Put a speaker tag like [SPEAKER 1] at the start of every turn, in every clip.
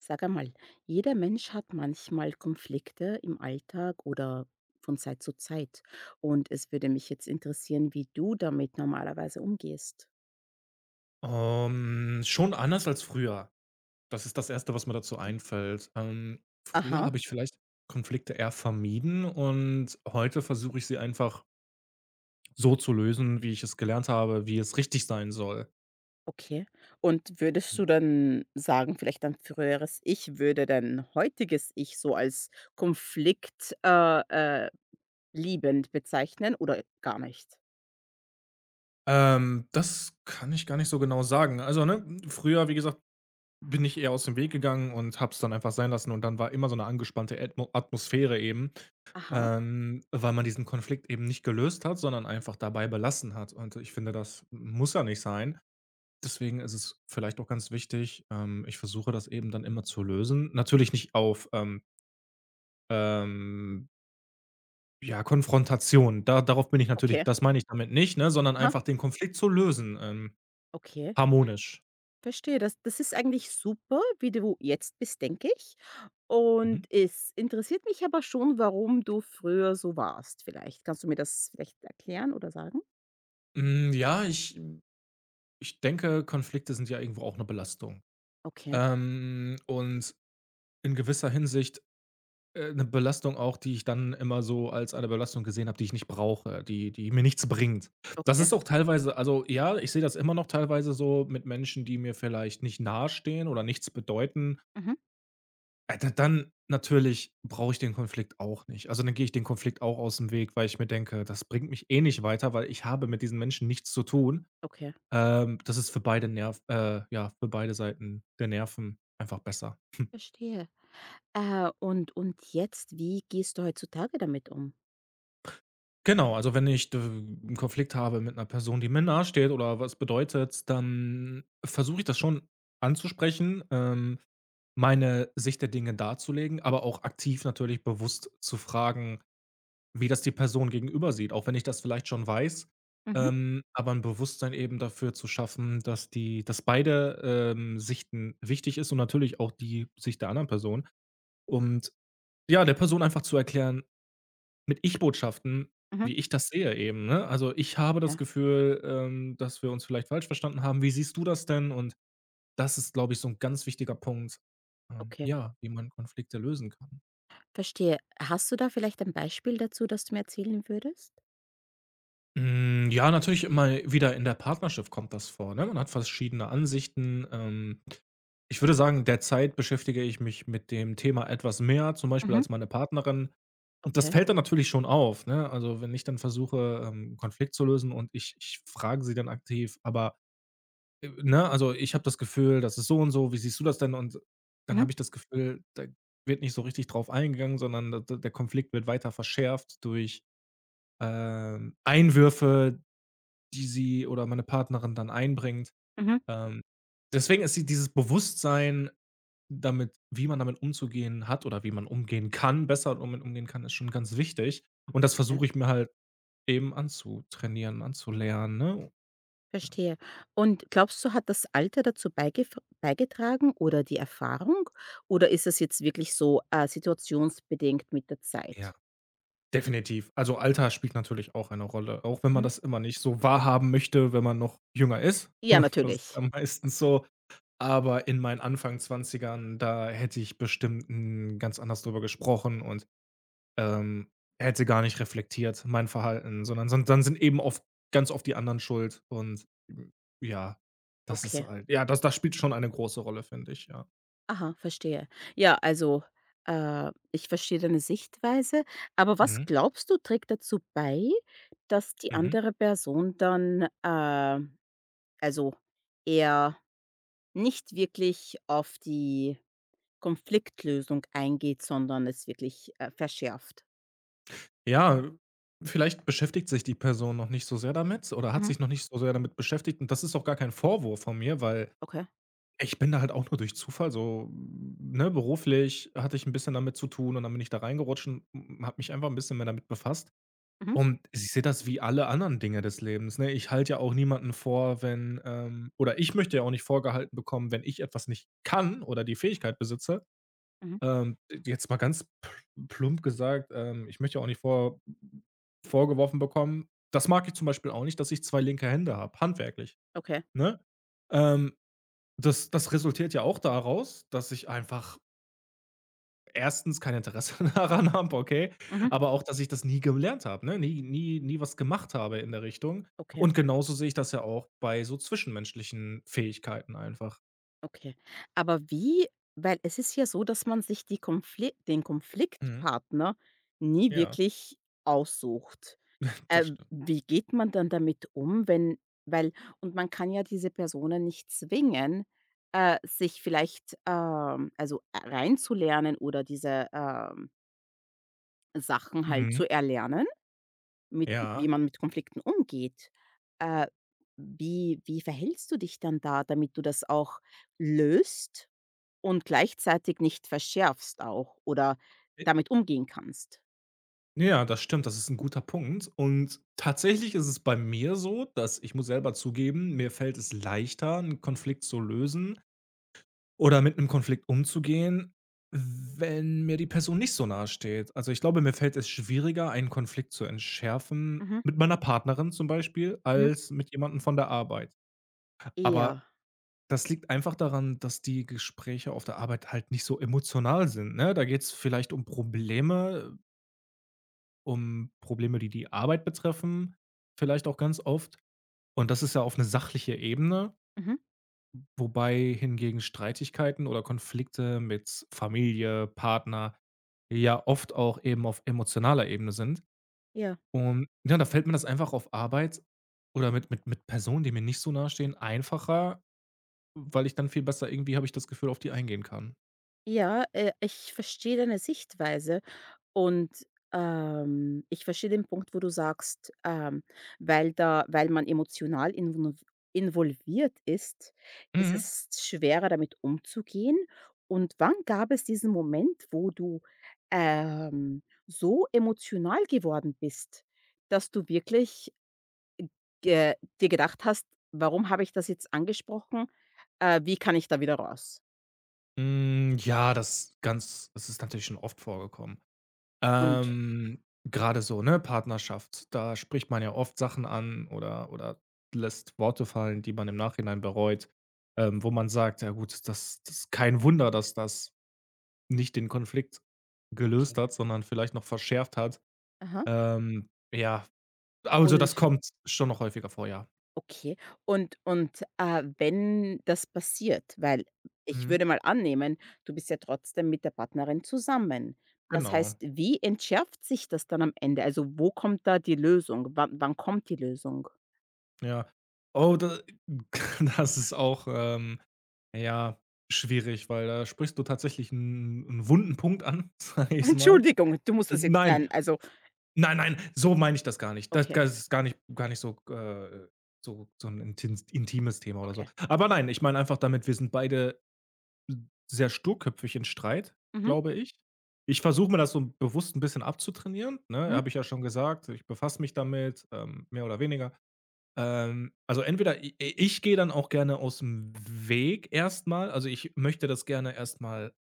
[SPEAKER 1] Sag einmal, jeder Mensch hat manchmal Konflikte im Alltag oder von Zeit zu Zeit. Und es würde mich jetzt interessieren, wie du damit normalerweise umgehst.
[SPEAKER 2] Schon anders als früher. Das ist das erste, was mir dazu
[SPEAKER 1] Okay.
[SPEAKER 2] einfällt. Früher
[SPEAKER 1] Aha,
[SPEAKER 2] habe ich vielleicht Konflikte eher vermieden und heute versuche ich sie einfach so zu lösen, wie ich es gelernt habe, wie es richtig sein soll.
[SPEAKER 1] okay. Und würdest
[SPEAKER 2] Hm.
[SPEAKER 1] du dann sagen, vielleicht dein früheres Ich würde dein heutiges Ich so als konflikt äh, liebend bezeichnen oder gar nicht?
[SPEAKER 2] Das kann ich gar nicht so genau sagen. Also, ne, früher, wie gesagt, bin ich eher aus dem Weg gegangen und habe es dann einfach sein lassen und dann war immer so eine angespannte Ätmo Atmosphäre eben,
[SPEAKER 1] Aha,
[SPEAKER 2] weil man diesen Konflikt eben nicht gelöst hat, sondern einfach dabei belassen hat und ich finde, das muss ja nicht sein. Deswegen ist es vielleicht auch ganz wichtig, ich versuche das eben dann immer zu lösen. Natürlich nicht auf, ähm, ja, Konfrontation. Da darauf bin ich natürlich,
[SPEAKER 1] okay.
[SPEAKER 2] das meine ich damit nicht, ne, sondern
[SPEAKER 1] Aha,
[SPEAKER 2] einfach den Konflikt zu lösen,
[SPEAKER 1] okay.
[SPEAKER 2] harmonisch.
[SPEAKER 1] Verstehe, das ist eigentlich super, wie du jetzt bist, denke ich.
[SPEAKER 2] Mhm.
[SPEAKER 1] Und es interessiert mich aber schon, warum du früher so warst vielleicht. Kannst du mir das vielleicht erklären oder sagen?
[SPEAKER 2] Hm, ja, ich denke, Konflikte sind ja irgendwo auch eine Belastung.
[SPEAKER 1] Okay,
[SPEAKER 2] Und in gewisser Hinsicht 'ne Belastung auch, die ich dann immer so als eine Belastung gesehen habe, die ich nicht brauche, die mir nichts bringt. Das
[SPEAKER 1] okay.
[SPEAKER 2] ist auch teilweise, also, ja, ich sehe das immer noch teilweise so mit Menschen, die mir vielleicht nicht nahestehen oder nichts bedeuten.
[SPEAKER 1] Mhm.
[SPEAKER 2] D dann natürlich brauche ich den Konflikt auch nicht. Also, dann gehe ich den Konflikt auch aus dem Weg, weil ich mir denke: „Das bringt mich eh nicht weiter, weil ich habe mit diesen Menschen nichts zu tun.“
[SPEAKER 1] Okay,
[SPEAKER 2] Das ist für beide Nerv ja, für beide Seiten der Nerven einfach besser.
[SPEAKER 1] verstehe. Und jetzt, wie gehst du heutzutage damit um?
[SPEAKER 2] Genau, also wenn ich d 'n Konflikt habe mit einer Person, die mir nahe steht oder was bedeutet, dann versuche ich das schon anzusprechen, meine Sicht der Dinge darzulegen, aber auch aktiv natürlich bewusst zu fragen, wie das die Person gegenüber sieht, auch wenn ich das vielleicht schon weiß.
[SPEAKER 1] Mhm.
[SPEAKER 2] Aber ein Bewusstsein eben dafür zu schaffen, dass beide, Sichten wichtig ist und natürlich auch die Sicht der anderen Person. Und ja, der Person einfach zu erklären mit Ich-Botschaften,
[SPEAKER 1] Mhm.
[SPEAKER 2] wie ich das sehe eben, ne? Also, ich habe das
[SPEAKER 1] Okay,
[SPEAKER 2] Gefühl, dass wir uns vielleicht falsch verstanden haben. Wie siehst du das denn? Und das ist, glaube ich, so 'n ganz wichtiger Punkt,
[SPEAKER 1] okay,
[SPEAKER 2] ja, wie man Konflikte lösen kann.
[SPEAKER 1] verstehe. Hast du da vielleicht ein Beispiel dazu, das du mir erzählen würdest?
[SPEAKER 2] Hm, ja, natürlich immer wieder in der Partnerschaft kommt das vor, ne? Man hat verschiedene Ansichten. Ich würde sagen, derzeit beschäftige ich mich mit dem Thema etwas mehr, zum Beispiel
[SPEAKER 1] Mhm.
[SPEAKER 2] als meine Partnerin. Das
[SPEAKER 1] Okay.
[SPEAKER 2] fällt dann natürlich schon auf, ne? Also, wenn ich dann versuche, 'n Konflikt zu lösen und ich frage sie dann aktiv, aber ne, also: „Ich habe das Gefühl, das ist so und so. Wie siehst du das denn?“ Und dann
[SPEAKER 1] Mhm.
[SPEAKER 2] habe ich das Gefühl, da wird nicht so richtig drauf eingegangen, sondern d d der Konflikt wird weiter verschärft durch, Einwürfe, die sie oder meine Partnerin dann einbringt.
[SPEAKER 1] Mhm.
[SPEAKER 2] Ähm, Deswegen ist dieses Bewusstsein, damit wie man damit umzugehen hat oder wie man umgehen kann, besser damit umgehen kann, ist schon ganz wichtig. Und das versuche ich mir halt eben anzutrainieren, anzulernen, ne?
[SPEAKER 1] Verstehe. Und glaubst du, hat das Alter dazu beigef beigetragen oder die Erfahrung? Oder ist es jetzt wirklich so, situationsbedingt mit der
[SPEAKER 2] Ja.
[SPEAKER 1] Zeit?
[SPEAKER 2] Definitiv. Also, Alter spielt natürlich auch eine Rolle, auch wenn man
[SPEAKER 1] Mhm.
[SPEAKER 2] das immer nicht so wahrhaben möchte, wenn man noch jünger ist.
[SPEAKER 1] Ja,
[SPEAKER 2] Das ist ja
[SPEAKER 1] natürlich.
[SPEAKER 2] meistens so. Aber in meinen Anfang 20 da hätte ich bestimmt, hm, ganz anders drüber gesprochen und, ähm, hätte gar nicht reflektiert mein Verhalten, sondern son dann sind eben oft ganz oft die anderen schuld und, hm, ja, das ist
[SPEAKER 1] Okay.
[SPEAKER 2] halt, ja, das das spielt schon eine große Rolle, finde ich, ja.
[SPEAKER 1] Aha, verstehe. Ja, also, ich verstehe deine Sichtweise. Aber was
[SPEAKER 2] Mhm.
[SPEAKER 1] glaubst du, trägt dazu bei, dass die
[SPEAKER 2] Mhm.
[SPEAKER 1] andere Person dann, also eher nicht wirklich auf die Konfliktlösung eingeht, sondern es wirklich, verschärft?
[SPEAKER 2] Ja, vielleicht beschäftigt sich die Person noch nicht so sehr damit oder hat
[SPEAKER 1] Mhm.
[SPEAKER 2] sich noch nicht so sehr damit beschäftigt und das ist auch gar kein Vorwurf von mir, weil
[SPEAKER 1] Okay.
[SPEAKER 2] ich bin da halt auch nur durch Zufall so, ne, beruflich hatte ich ein bisschen damit zu tun und dann bin ich da reingerutscht und habe mich einfach ein bisschen mehr damit befasst
[SPEAKER 1] Mhm.
[SPEAKER 2] und ich sehe das wie alle anderen Dinge des Lebens, ne? Ich halte ja auch niemanden vor, wenn, oder ich möchte ja auch nicht vorgehalten bekommen, wenn ich etwas nicht kann oder die Fähigkeit besitze,
[SPEAKER 1] Mhm.
[SPEAKER 2] ähm, jetzt mal ganz pl plump gesagt, ich möchte ja auch nicht vorgeworfen bekommen, das mag ich zum Beispiel auch nicht, dass ich 2 linke Hände habe, handwerklich,
[SPEAKER 1] Okay.
[SPEAKER 2] ne? Ähm, das resultiert ja auch daraus, dass ich einfach erstens kein Interesse daran habe, okay,
[SPEAKER 1] Mhm.
[SPEAKER 2] aber auch, dass ich das nie gelernt habe, ne, nie was gemacht habe in der Richtung.
[SPEAKER 1] Okay,
[SPEAKER 2] Und genauso sehe ich das ja auch bei so zwischenmenschlichen Fähigkeiten einfach.
[SPEAKER 1] okay. Aber wie weil es ist ja so, dass man sich die Konfli den
[SPEAKER 2] Mhm.
[SPEAKER 1] Konfliktpartner nie
[SPEAKER 2] Ja,
[SPEAKER 1] wirklich aussucht.
[SPEAKER 2] das stimmt.
[SPEAKER 1] Wie geht man dann damit um, wenn weil und man kann ja diese Personen nicht zwingen, sich vielleicht, also, reinzulernen oder diese, Sachen halt
[SPEAKER 2] Mhm.
[SPEAKER 1] zu erlernen. Mit wie
[SPEAKER 2] Ja.
[SPEAKER 1] man mit Konflikten umgeht. Äh, wie verhältst du dich dann da, damit du das auch löst und gleichzeitig nicht verschärfst auch oder damit umgehen kannst?
[SPEAKER 2] Ja, das stimmt, das ist ein guter Punkt. Und tatsächlich ist es bei mir so, dass ich muss selber zugeben, mir fällt es leichter, einen Konflikt zu lösen oder mit einem Konflikt umzugehen, wenn mir die Person nicht so nahe steht. Also, ich glaube, mir fällt es schwieriger, einen Konflikt zu entschärfen
[SPEAKER 1] Mhm,
[SPEAKER 2] mit meiner Partnerin zum Beispiel,
[SPEAKER 1] mhm.
[SPEAKER 2] als mit jemandem von der Arbeit. Aber
[SPEAKER 1] Ja.
[SPEAKER 2] das liegt einfach daran, dass die Gespräche auf der Arbeit halt nicht so emotional sind, ne? Da geht es vielleicht um Probleme, die die Arbeit betreffen, vielleicht auch ganz oft. Und das ist ja auf eine sachliche Ebene,
[SPEAKER 1] Mhm.
[SPEAKER 2] wobei hingegen Streitigkeiten oder Konflikte mit Familie, Partner ja oft auch eben auf emotionaler Ebene sind.
[SPEAKER 1] Ja.
[SPEAKER 2] Und ja, da fällt mir das einfach auf Arbeit oder mit mit Personen, die mir nicht so nahestehen, einfacher, weil ich dann viel besser, irgendwie habe ich das Gefühl, auf die eingehen kann.
[SPEAKER 1] Ja, ich verstehe deine Sichtweise. Und, ich verstehe den Punkt, wo du sagst, weil da weil man emotional invonov involviert ist, ist
[SPEAKER 2] Mhm.
[SPEAKER 1] es schwerer, damit umzugehen. Und wann gab es diesen Moment, wo du, so emotional geworden bist, dass du wirklich ge dir gedacht hast: „Warum habe ich das jetzt angesprochen? Wie kann ich da wieder raus?“
[SPEAKER 2] Hm, ja, das ganz, das ist natürlich schon oft vorgekommen.
[SPEAKER 1] Und
[SPEAKER 2] Ähm, Grade so, ne, Partnerschaft, da spricht man ja oft Sachen an oder lässt Worte fallen, die man im Nachhinein bereut, wo man sagt: „Ja gut, das das ist kein Wunder, dass das nicht den Konflikt gelöst
[SPEAKER 1] okay.
[SPEAKER 2] hat, sondern vielleicht noch verschärft hat.“
[SPEAKER 1] Aha.
[SPEAKER 2] Ja, also, das
[SPEAKER 1] Und
[SPEAKER 2] kommt schon noch häufiger vor, ja.
[SPEAKER 1] okay. Und, wenn das passiert, weil ich
[SPEAKER 2] Mhm,
[SPEAKER 1] würde mal annehmen, du bist ja trotzdem mit der Partnerin zusammen. Das
[SPEAKER 2] genau,
[SPEAKER 1] heißt, wie entschärft sich das dann am Ende? Also, wo kommt da die Lösung? Wann kommt die Lösung?
[SPEAKER 2] ja. Oh, da das ist auch, ja, schwierig, weil da sprichst du tatsächlich einen 'n wunden Punkt an, sage ich mal.
[SPEAKER 1] Entschuldigung, du musst das jetzt
[SPEAKER 2] Nein,
[SPEAKER 1] nein, also
[SPEAKER 2] nein, nein, so meine ich das gar nicht. Das
[SPEAKER 1] okay,
[SPEAKER 2] das ist gar nicht so, so 'n intins intimes Thema oder so.
[SPEAKER 1] okay.
[SPEAKER 2] Aber nein, ich meine einfach damit, wir sind beide sehr sturköpfig in Streit,
[SPEAKER 1] Mhm,
[SPEAKER 2] glaube ich. Ich versuche mir das so bewusst ein bisschen abzutrainieren, ne?
[SPEAKER 1] mhm,
[SPEAKER 2] Habe ich ja schon gesagt, ich befasse mich damit, mehr oder weniger. Also entweder i ich gehe dann auch gerne aus dem Weg erstmal. Also, ich möchte das gerne erstmal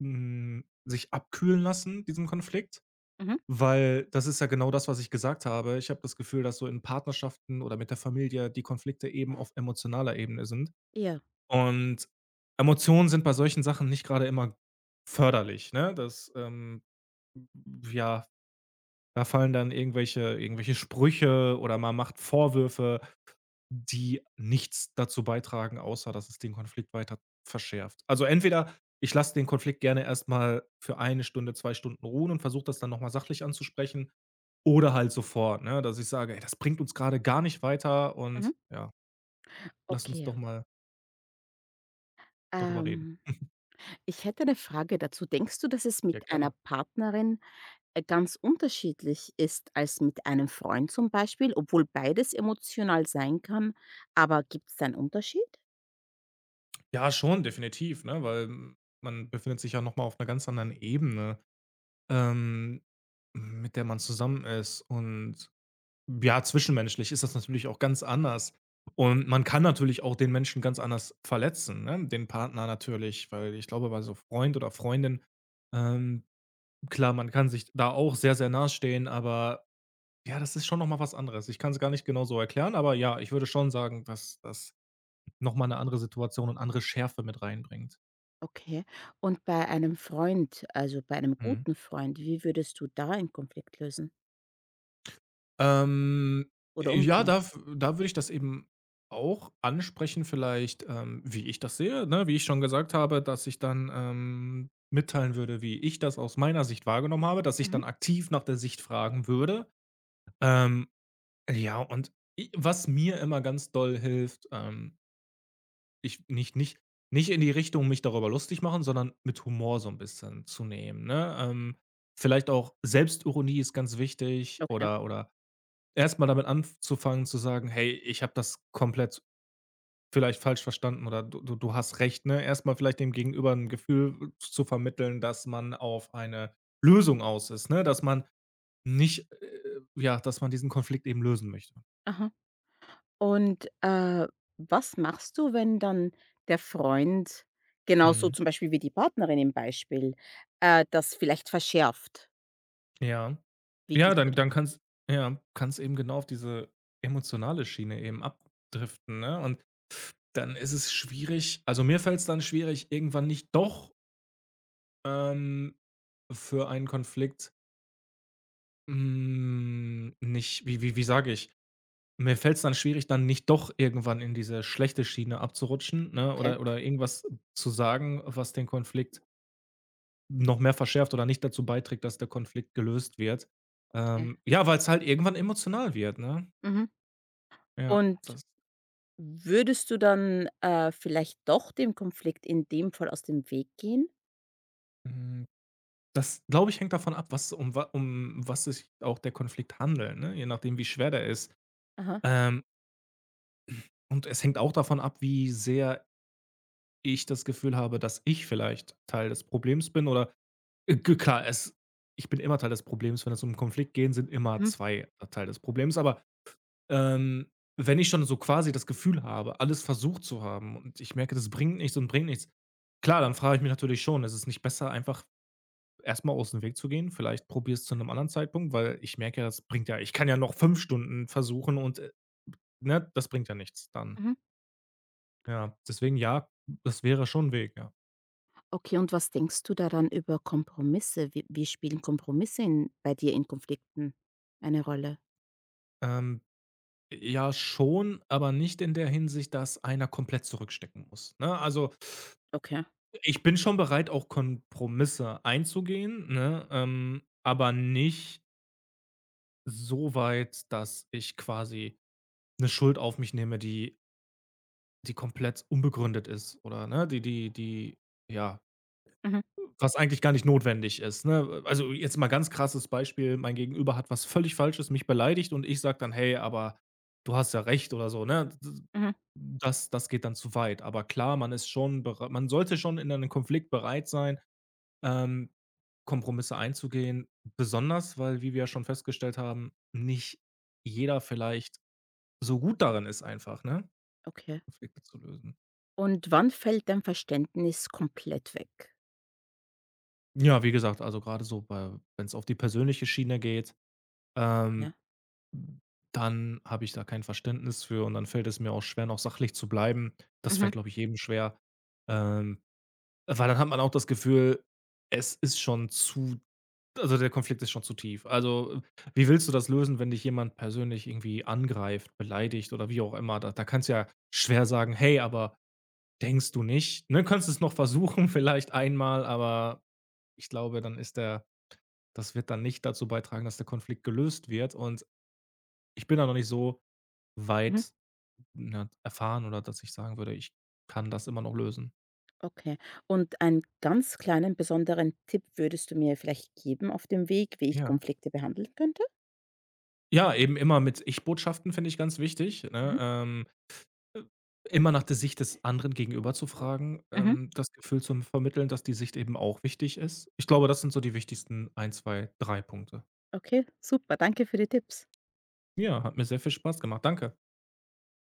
[SPEAKER 2] mal, sich abkühlen lassen, diesen Konflikt.
[SPEAKER 1] mhm.
[SPEAKER 2] Weil das ist ja genau das, was ich gesagt habe. Ich habe das Gefühl, dass so in Partnerschaften oder mit der Familie die Konflikte eben auf emotionaler Ebene sind.
[SPEAKER 1] Ja,
[SPEAKER 2] Und Emotionen sind bei solchen Sachen nicht gerade immer förderlich, ne? Das, ja, da fallen dann irgendwelche Sprüche oder man macht Vorwürfe, die nichts dazu beitragen, außer dass es den Konflikt weiter verschärft. Also entweder ich lasse den Konflikt gerne erstmal für eine Stunde, 2 Stunden ruhen und versuche das dann nochmal sachlich anzusprechen oder halt sofort, ne, dass ich sage: „Ey, das bringt uns gerade gar nicht weiter
[SPEAKER 1] mhm.
[SPEAKER 2] und ja, lass uns doch
[SPEAKER 1] Okay.
[SPEAKER 2] mal darüber reden.“
[SPEAKER 1] Ähm Ich hätte eine Frage dazu. Denkst du, dass es mit
[SPEAKER 2] Ja,
[SPEAKER 1] einer
[SPEAKER 2] gerne.
[SPEAKER 1] Partnerin, ganz unterschiedlich ist als mit einem Freund zum Beispiel, obwohl beides emotional sein kann? Aber gibt's da 'n Unterschied?
[SPEAKER 2] Ja, schon, definitiv, ne, weil man befindet sich ja noch mal auf 'ner ganz anderen Ebene, ähm, mit der man zusammen ist und ja, zwischenmenschlich ist das natürlich auch ganz anders. Und man kann natürlich auch den Menschen ganz anders verletzen, ne, den Partner natürlich, weil ich glaube, bei so Freund oder Freundin, ähm, klar, man kann sich da auch sehr, sehr nahestehen, aber ja, das ist schon noch mal was anderes. Ich kann es gar nicht genau so erklären, aber ja, ich würde schon sagen, dass das noch mal 'ne andere Situation und andere Schärfe mit reinbringt.
[SPEAKER 1] Okay. Und bei einem Freund, also bei einem
[SPEAKER 2] Mhm.
[SPEAKER 1] guten Freund, wie würdest du da einen Konflikt lösen
[SPEAKER 2] Ähm,
[SPEAKER 1] oder
[SPEAKER 2] ja,
[SPEAKER 1] umgehen?
[SPEAKER 2] da würde ich das eben auch ansprechen vielleicht, wie ich das sehe, ne? Wie ich schon gesagt habe, dass ich dann, mitteilen würde, wie ich das aus meiner Sicht wahrgenommen habe, dass ich dann
[SPEAKER 1] Mhm.
[SPEAKER 2] aktiv nach der Sicht fragen würde. Ähm, ja, und i was mir immer ganz doll hilft, ich nicht in die Richtung mich darüber lustig machen, sondern mit Humor so ein bisschen zu nehmen, ne? Vielleicht auch Selbstironie ist ganz wichtig
[SPEAKER 1] Okay.
[SPEAKER 2] oder erstmal damit anzufangen zu sagen: „Hey, ich habe das komplett vielleicht falsch verstanden oder du hast recht“, ne? Erstmal vielleicht dem Gegenüber ein Gefühl zu vermitteln, dass man auf eine Lösung aus ist, ne? Dass man nicht, ja, dass man diesen Konflikt eben lösen möchte.
[SPEAKER 1] Aha. Und, was machst du, wenn dann der Freund genauso
[SPEAKER 2] Mhm.
[SPEAKER 1] zum Beispiel wie die Partnerin im Beispiel, das vielleicht verschärft?
[SPEAKER 2] Ja.
[SPEAKER 1] Wie
[SPEAKER 2] Ja,
[SPEAKER 1] gehst du
[SPEAKER 2] dann
[SPEAKER 1] d
[SPEAKER 2] dann kann's eben genau auf diese emotionale Schiene eben abdriften, ne? Und dann ist es schwierig, also, mir fällt es dann schwierig, irgendwann nicht doch, ähm, für einen Konflikt, nicht wie sage ich? Mir fällt es dann schwierig, dann nicht doch irgendwann in diese schlechte Schiene abzurutschen, ne,
[SPEAKER 1] okay,
[SPEAKER 2] oder irgendwas zu sagen, was den Konflikt noch mehr verschärft oder nicht dazu beiträgt, dass der Konflikt gelöst wird.
[SPEAKER 1] okay.
[SPEAKER 2] Ja, weil es halt irgendwann emotional wird, ne?
[SPEAKER 1] Mhm.
[SPEAKER 2] Ja,
[SPEAKER 1] Und
[SPEAKER 2] das
[SPEAKER 1] würdest du dann, vielleicht doch dem Konflikt in dem Fall aus dem Weg gehen?
[SPEAKER 2] hm, das, glaube ich, hängt davon ab, was um wa um was sich auch der Konflikt handelt, ne? Je nachdem, wie schwer der ist.
[SPEAKER 1] Aha.
[SPEAKER 2] Ähm, und es hängt auch davon ab, wie sehr ich das Gefühl habe, dass ich vielleicht Teil des Problems bin oder g klar, es ich bin immer Teil des Problems, wenn es um 'n Konflikt gehen, sind immer
[SPEAKER 1] Mhm.
[SPEAKER 2] 2 Teil des Problems, aber, ähm, wenn ich schon so quasi das Gefühl habe, alles versucht zu haben und ich merke, das bringt nichts und bringt nichts, klar, dann frage ich mich natürlich schon, ist es nicht besser, einfach erstmal aus dem Weg zu gehen. Vielleicht probier's zu einem anderen Zeitpunkt, weil ich merke ja, das bringt ja ich kann ja noch 5 Stunden versuchen und, ne, das bringt ja nichts dann.
[SPEAKER 1] Mhm.
[SPEAKER 2] Ja, deswegen ja, das wäre schon 'n Weg, ja.
[SPEAKER 1] Okay, und was denkst du daran über Kompromisse? Wie spielen Kompromisse in bei dir in Konflikten eine Rolle?
[SPEAKER 2] Ähm, ja, schon, aber nicht in der Hinsicht, dass einer komplett zurückstecken muss, ne? Also,
[SPEAKER 1] Okay.
[SPEAKER 2] ich bin schon bereit, auch Kompromisse einzugehen, ne, aber nicht so weit, dass ich quasi eine Schuld auf mich nehme, die komplett unbegründet ist oder, ne, die ja,
[SPEAKER 1] Mhm,
[SPEAKER 2] was eigentlich gar nicht notwendig ist, ne? Also, jetzt mal ganz krasses Beispiel, mein Gegenüber hat was völlig Falsches, mich beleidigt und ich sage dann: „Hey, aber du hast ja recht“ oder so, ne?
[SPEAKER 1] mhm.
[SPEAKER 2] Das geht dann zu weit. Aber klar, man sollte schon in einem Konflikt bereit sein, ähm, Kompromisse einzugehen, besonders, weil, wie wir ja schon festgestellt haben, nicht jeder vielleicht so gut darin ist einfach, ne,
[SPEAKER 1] Okay.
[SPEAKER 2] Konflikte zu lösen.
[SPEAKER 1] Und wann fällt dein Verständnis komplett weg?
[SPEAKER 2] Ja, wie gesagt, also, gerade so, wenn es auf die persönliche Schiene geht,
[SPEAKER 1] Okay.
[SPEAKER 2] ähm dann habe ich da kein Verständnis für und dann fällt es mir auch schwer, noch sachlich zu bleiben. Das
[SPEAKER 1] Mhm,
[SPEAKER 2] fällt, glaube ich, jedem schwer. Ähm, Weil dann hat man auch das Gefühl, es ist schon zu also, der Konflikt ist schon zu tief. Also, wie willst du das lösen, wenn dich jemand persönlich irgendwie angreift, beleidigt oder wie auch immer? Da kannst du ja schwer sagen: „Hey, aber denkst du nicht?“ Ne, kannst es noch versuchen vielleicht einmal, aber ich glaube, dann ist der das wird dann nicht dazu beitragen, dass der Konflikt gelöst wird und ich bin da noch nicht so
[SPEAKER 1] mhm.
[SPEAKER 2] weit, ne, erfahren, oder dass ich sagen würde, ich kann das immer noch lösen.
[SPEAKER 1] Okay. Und einen ganz kleinen besonderen Tipp würdest du mir vielleicht geben auf dem Weg, wie ich
[SPEAKER 2] Ja.
[SPEAKER 1] Konflikte behandeln könnte?
[SPEAKER 2] Ja, eben immer mit Ich-Botschaften, finde ich, ganz wichtig, ne?
[SPEAKER 1] Mhm.
[SPEAKER 2] Äh, Immer nach der Sicht des anderen Gegenüber zu fragen,
[SPEAKER 1] Mhm.
[SPEAKER 2] das Gefühl zu vermitteln, dass die Sicht eben auch wichtig ist. Ich glaube, das sind so die wichtigsten ein 2 3 Punkte.
[SPEAKER 1] Okay, super. Danke für die Tipps.
[SPEAKER 2] Ja, hat mir sehr viel Spaß gemacht. Danke.